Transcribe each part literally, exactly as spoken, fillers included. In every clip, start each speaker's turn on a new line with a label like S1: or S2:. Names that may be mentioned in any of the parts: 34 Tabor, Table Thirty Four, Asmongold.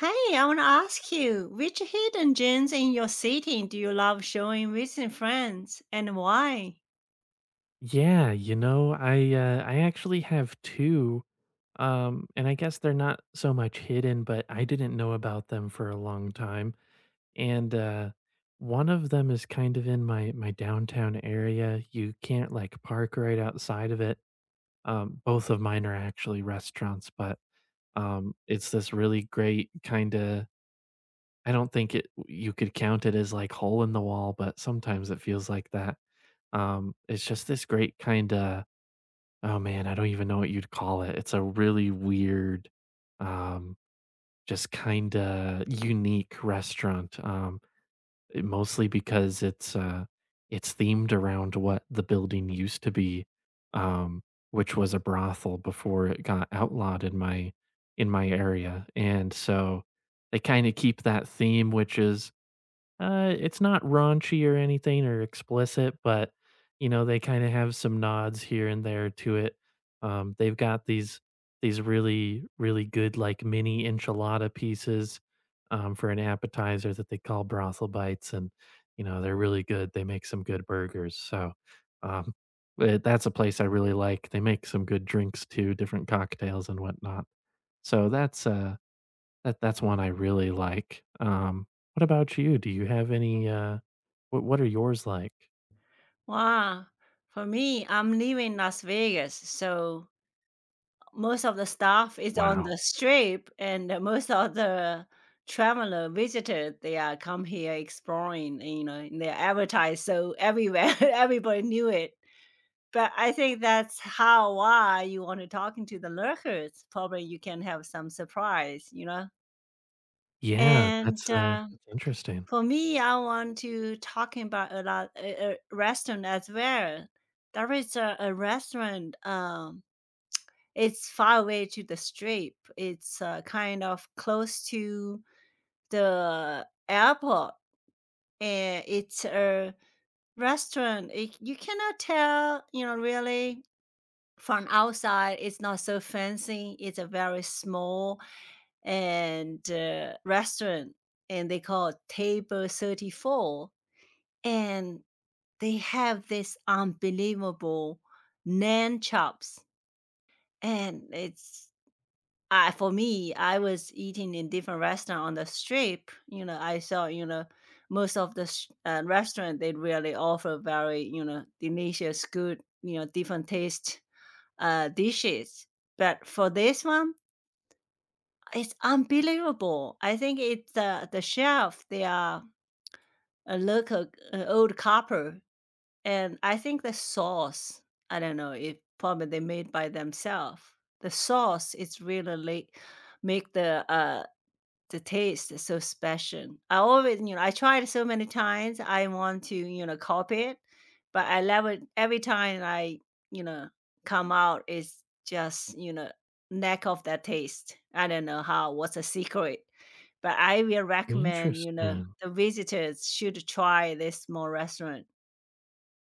S1: Hey, I want to ask you, which hidden gems in your city do you love showing recent friends and why?
S2: Yeah, you know, I uh, I actually have two, um, and I guess they're not so much hidden, but I didn't know about them for a long time, and, uh, one of them is kind of in my my downtown area. You can't, like, park right outside of it. um, both of mine are actually restaurants, but, um, it's this really great kinda, I don't think it you could count it as, like, hole in the wall, but sometimes it feels like that. um, it's just this great kinda, oh man, I don't even know what you'd call it. It's a really weird, um, just kinda unique restaurant. Um, it- mostly because it's uh, it's themed around what the building used to be, um, which was a brothel before it got outlawed in my in my area, and so they kind of keep that theme, which is uh, it's not raunchy or anything or explicit, but you know, they kind of have some nods here and there to it. Um, they've got these these really really good like mini enchilada pieces, um, for an appetizer that they call brothel bites, and you know they're really good. They make some good burgers, so, um, but that's a place I really like. They make some good drinks too, different cocktails and whatnot. So that's uh that that's one I really like. Um, what about you? Do you have any, uh what what are yours like?
S1: Wow. For me, I'm living in Las Vegas, so most of the stuff is on
S2: Wow.
S1: the strip and uh, most of the traveler visitors, they are come here exploring, and, you know, and they're advertised so everywhere everybody knew it. But I think that's how why you want to talking to the lurkers. Probably you can have some surprise, you know?
S2: Yeah,
S1: And
S2: that's, uh
S1: uh,
S2: that's interesting.
S1: For me, I want to talking about a lot a, a restaurant as well. There is a, a restaurant. Um, it's far away to the strip. It's uh, kind of close to the airport, and it's a restaurant. It, you cannot tell, you know, really from outside. It's not so fancy. It's a very small and uh, restaurant, and they call it Table Thirty Four and they have this unbelievable naan chops and it's I for me I was eating in different restaurant on the strip, you know, I saw, you know, most of the sh- uh, restaurant they really offer very, you know, delicious good, you know, different taste uh, dishes, but for this one it's unbelievable. I think it's the the chef. They are a local uh, old couple. And I think the sauce, I don't know if probably they made by themselves. The sauce is really like make the uh the taste so special. I always, you know, I tried so many times. I want to, you know, copy it, but I love it. Every time I, you know, come out it's just, you know, lack of that taste. I don't know how. What's a secret? But I will recommend, you know,
S2: Interesting.
S1: the visitors should try this small restaurant.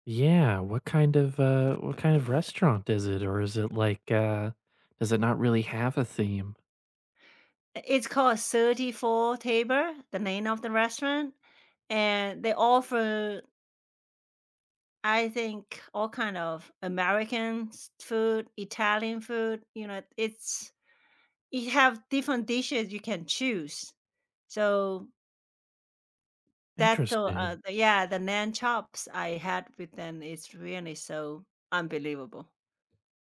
S2: Yeah, what kind of, uh what kind of restaurant is it? Or is it like, uh does it not really have a theme?
S1: It's called thirty-four Tabor, the name of the restaurant, and they offer, I think, all kind of American s food, Italian food, you know, it's you have different dishes you can choose. So, that's the, uh,
S2: Interesting.
S1: the yeah, the lamb chops I had with them is really so unbelievable.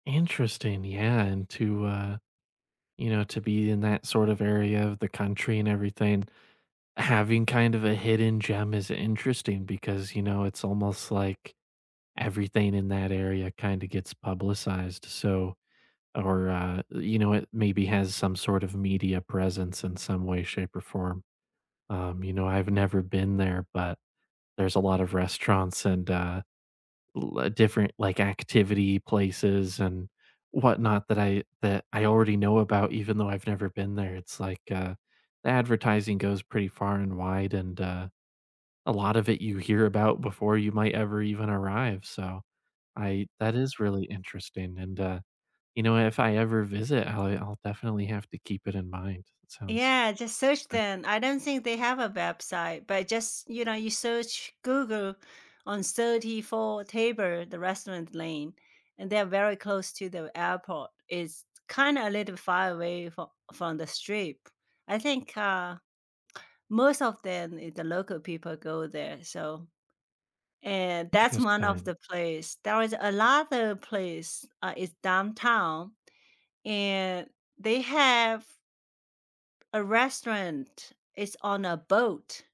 S2: Interesting, yeah, and to, uh you know, to be in that sort of area of the country and everything, having kind of a hidden gem is interesting because, you know, it's almost like everything in that area kinda gets publicized, so or, uh, you know, it maybe has some sort of media presence in some way, shape, or form. Um, you know, I've never been there, but there's a lot of restaurants and, uh, l uh, different, like, activity places and whatnot that I that I already know about even though I've never been there. It's like, uh, the advertising goes pretty far and wide, and, uh, a lot of it you hear about before you might ever even arrive, so I that is really interesting, and, uh, you know, if I ever visit, I I'll definitely have to keep it in mind. That sounds
S1: Yeah, just search them. I don't think they have a website, but just, you know, you search Google on thirty-four Tabor, the restaurant lane, and they're very close to the airport. It's kind of a little far away from, from the strip. I think uh, most of them, eh, the local people go there. So, and that's one of
S2: interesting.
S1: the place. There is another place, uh, it's downtown, and they have a restaurant. Is on a boat.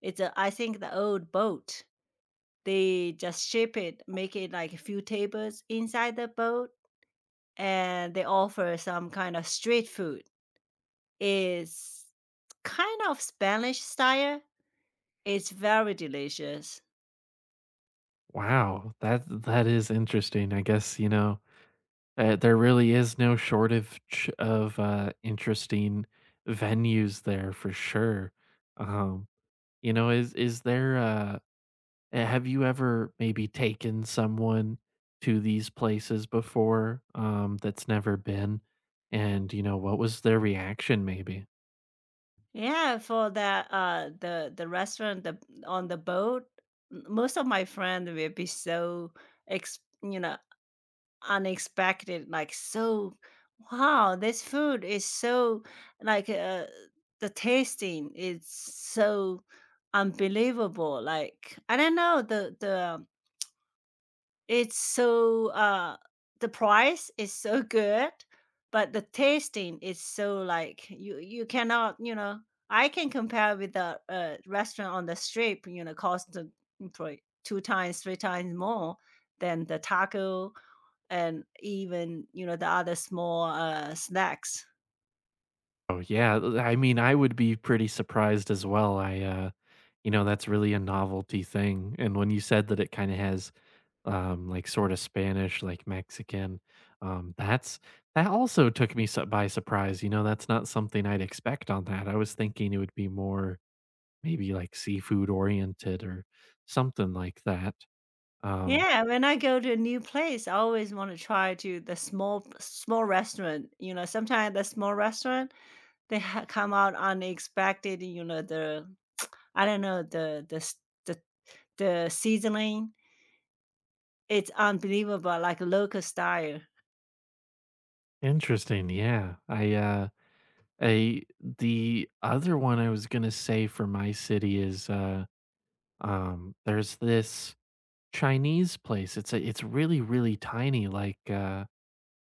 S1: It's a I think the old boat. They just ship it, make it like a few tables inside the boat, and they offer some kind of street food. It's kind of Spanish style. It's very delicious.
S2: Wow, that that is interesting. I guess, you know, uh, there really is no shortage of, uh, interesting venues there for sure. Um, you know, is is there a Uh, Have you ever maybe taken someone to these places before, um, that's never been? And, you know, what was their reaction maybe?
S1: Yeah, for that uh the the restaurant, the, on the boat, m- most of my friends will be so ex, you know, unexpected, like so wow, this food is so like uh, the tasting is so unbelievable. Like I don't know, the the it's so uh the price is so good, but the tasting is so like you you cannot, you know, I can compare with the uh, restaurant on the strip, you know, cost uh, probably two times three times more than the taco and even, you know, the other small, uh, snacks.
S2: Oh, yeah. th- I mean, I would be pretty surprised as well. I, uh, you know, that's really a novelty thing. And when you said that it kind of has, um, like sort of Spanish, like Mexican, um, that's that also took me su- by surprise. You know, that's not something I'd expect on that. I was thinking it would be more maybe like seafood oriented or something like that. Um,
S1: Yeah, when I go to a new place, I always wanna try to the small small restaurant, you know, sometimes the small restaurant, they ha come out unexpected, you know, the I don't know, the the s the the seasoning, it's unbelievable, like local style.
S2: interesting. Yeah. I, uh, I, the other one I was going to say for my city is, uh, um, there's this Chinese place. It's a, it's really, really tiny. Like, uh,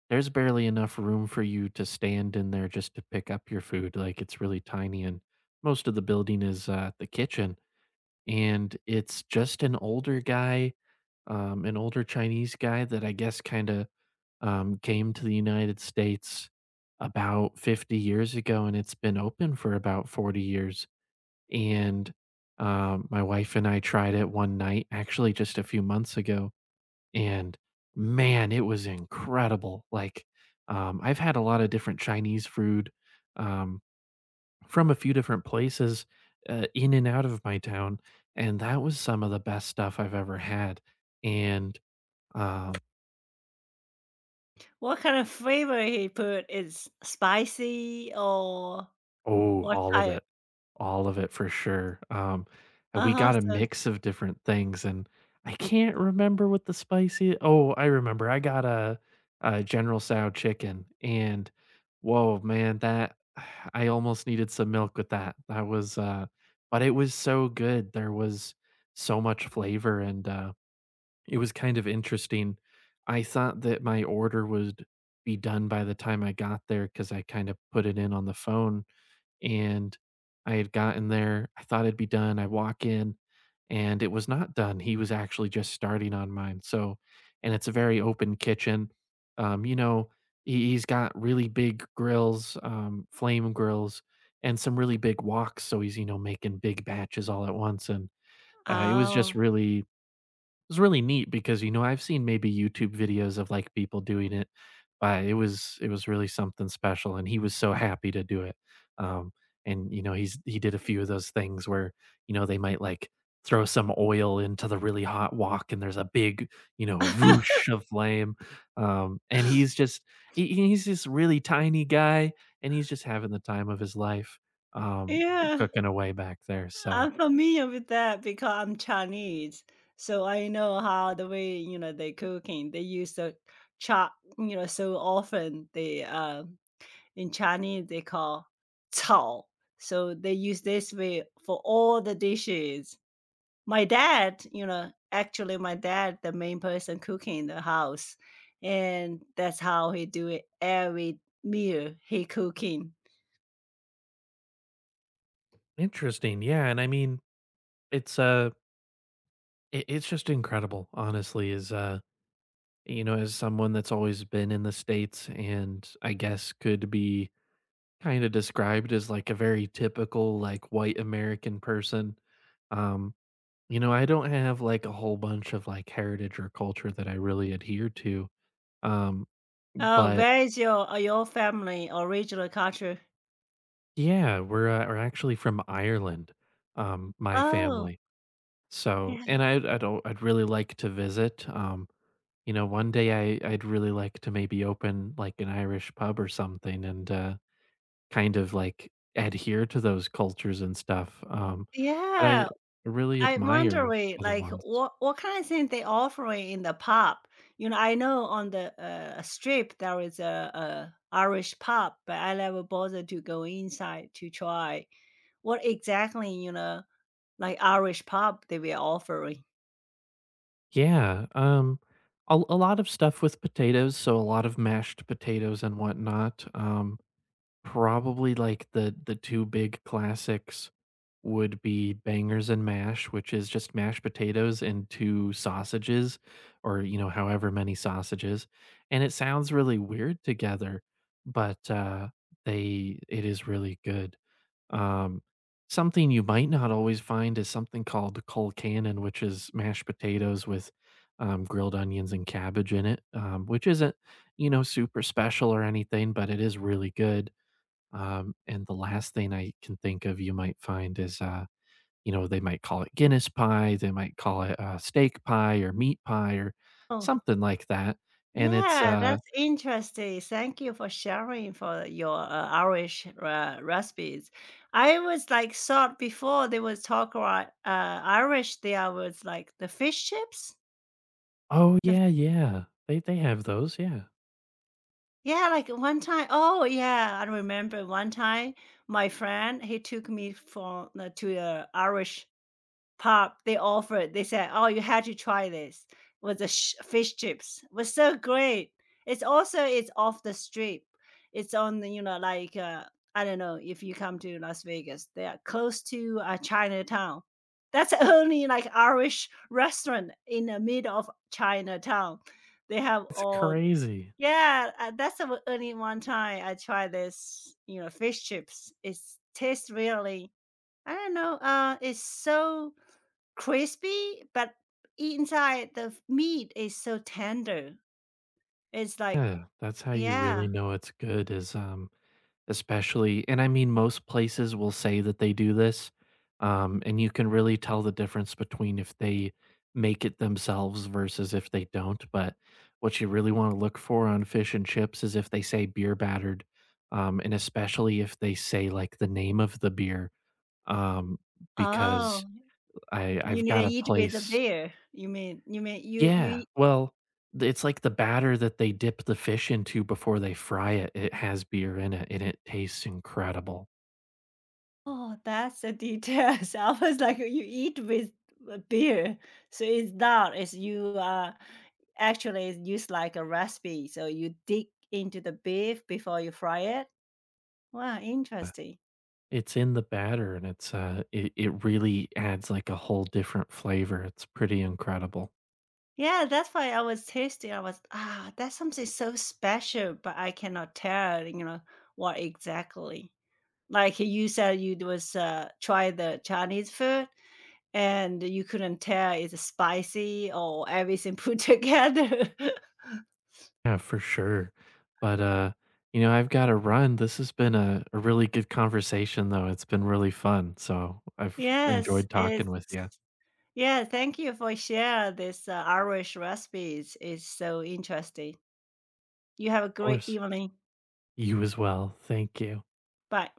S2: there's barely enough room for you to stand in there just to pick up your food. Like, it's really tiny. And most of the building is, uh, the kitchen. And it's just an older guy, um, an older Chinese guy that I guess kinda, um, came to the United States about fifty years ago, and it's been open for about forty years, and, um, my wife and I tried it one night, actually just a few months ago, and man, it was incredible, like, um, I've had a lot of different Chinese food, um, from a few different places, uh, in and out of my town, and that was some of the best stuff I've ever had, and um,
S1: What kind of flavor he put, is spicy or
S2: oh,
S1: what
S2: all of
S1: type?
S2: it. All of it for sure. Um, and we
S1: Uh-huh,
S2: got a
S1: so.
S2: mix of different things, and I can't remember what the spicy, oh, I remember. I got a, a General Tso chicken, and whoa, man, that I almost needed some milk with that. That was, uh, but it was so good. There was so much flavor, and uh, it was kind of interesting. I thought that my order would be done by the time I got there because I kind of put it in on the phone and I had gotten there. I thought it'd be done. I walk in and it was not done. He was actually just starting on mine. So, and it's a very open kitchen. Um, you know, he, he's got really big grills, um, flame grills, and some really big woks. So he's, you know, making big batches all at once. And uh, it was just
S1: Oh.
S2: really was really neat because, you know, I've seen maybe YouTube videos of, like, people doing it, but it was it was really something special, and he was so happy to do it. Um, and, you know, he's he did a few of those things where, you know, they might, like, throw some oil into the really hot wok, and there's a big, you know, whoosh of flame. Um, and he's just he he's this really tiny guy, and he's just having the time of his life, um,
S1: Yeah.
S2: cooking away back there, so
S1: I'm familiar with that because I'm Chinese, so I know how the way, you know, they cooking. They use the chop, you know, so often they uh, in Chinese they call 炒. So they use this way for all the dishes. My dad, you know, actually my dad, the main person cooking in the house, and that's how he do it every meal he cooking.
S2: interesting, yeah, and I mean, it's, uh It it's just incredible, honestly. Is uh, you know, as someone that's always been in the States and I guess could be kinda described as, like, a very typical, like, white American person. Um, you know, I don't have, like, a whole bunch of, like, heritage or culture that I really adhere to. Um,
S1: Oh,
S2: but
S1: where is your uh, your family original culture?
S2: yeah, we're, uh, we're actually from Ireland, um, my
S1: Oh,
S2: family. So
S1: yeah,
S2: and I I don't I'd really like to visit, um, you know, one day I I'd really like to maybe open like an Irish pub or something and, uh, kind of like adhere to those cultures and stuff, um, but I
S1: yeah,
S2: really
S1: I
S2: admire
S1: wondering,
S2: other
S1: like,
S2: ones.
S1: what what kind of thing they offering in the pub? You know, I know on the, uh, strip there is a a Irish pub, but I never bothered to go inside to try. What exactly, you know, like, Irish pub they were offering? Mm.
S2: Yeah, um, a a lot of stuff with potatoes, so a lot of mashed potatoes and whatnot, um, probably like the the two big classics would be bangers and mash, which is just mashed potatoes and two sausages or, you know, however many sausages, and it sounds really weird together, but, uh, they it is really good. Um, something you might not always find is something called Cold Cannon, which is mashed potatoes with, um, grilled onions and cabbage in it, um, which isn't, you know, super special or anything, but it is really good. Um, and the last thing I can think of you might find is, uh, you know, they might call it Guinness pie, they might call it, uh, steak pie or meat pie or
S1: Oh.
S2: something like that, and it's,
S1: Yeah,
S2: uh,
S1: that's interesting. Thank you for sharing for your uh, Irish uh, recipes. I was like thought before they was talk about uh, Irish. There was like the fish chips.
S2: oh,
S1: The
S2: yeah, yeah. They they have those, yeah.
S1: yeah, like one time. Oh yeah, I remember one time my friend he took me for uh, to a Irish pop, they offered, they said, "Oh, you had to try this," was the sh fish chips, was so great. It's also it's off the strip. It's on the, you know, like, uh, I don't know if you come to Las Vegas, they are close to, uh, Chinatown. That's the only, like, Irish restaurant in the middle of Chinatown. They have
S2: It's
S1: all
S2: crazy.
S1: yeah, uh, that's the only one time I tried this, you know, fish chips. It's tastes really I don't know, uh, it's so crispy, but inside the f meat is so tender. It's like
S2: Yeah, that's how you really
S1: yeah.
S2: know it's good is, um, especially and I mean, most places will say that they do this, um, and you can really tell the difference between if they make it themselves versus if they don't, but what you really wanna look for on fish and chips is if they say beer battered, um, and especially if they say, like, the name of the beer, um, because
S1: Oh,
S2: I
S1: you
S2: I've
S1: need to
S2: got a
S1: eat with a
S2: place.
S1: beer. You mean you mean you you
S2: Yeah,
S1: eat.
S2: well, the it's like the batter that they dip the fish into before they fry it, it has beer in it, and it tastes incredible.
S1: Oh, that's the details. I was like, you eat with a beer. So it's not, it's you are actually it's used like a recipe, so you dig into the beef before you fry it. Wow, interesting.
S2: It's in the batter and it's, uh, it it really adds, like, a whole different flavor. It's pretty incredible.
S1: Yeah, that's why I was tasting. I was, ah, that's something so special, but I cannot tell, you know, what exactly. Like you said, you was uh, try the Chinese food and you couldn't tell it's spicy or everything put together.
S2: Yeah, for sure. But, uh, you know, I've gotta run. This has been a a really good conversation, though. It's been really fun, so I've
S1: Yes,
S2: enjoyed talking
S1: it's
S2: with you. Of
S1: yeah. Thank you for share this uh, Irish recipes. It's so interesting. You have a great
S2: course.
S1: evening.
S2: You as well. Thank you.
S1: Bye.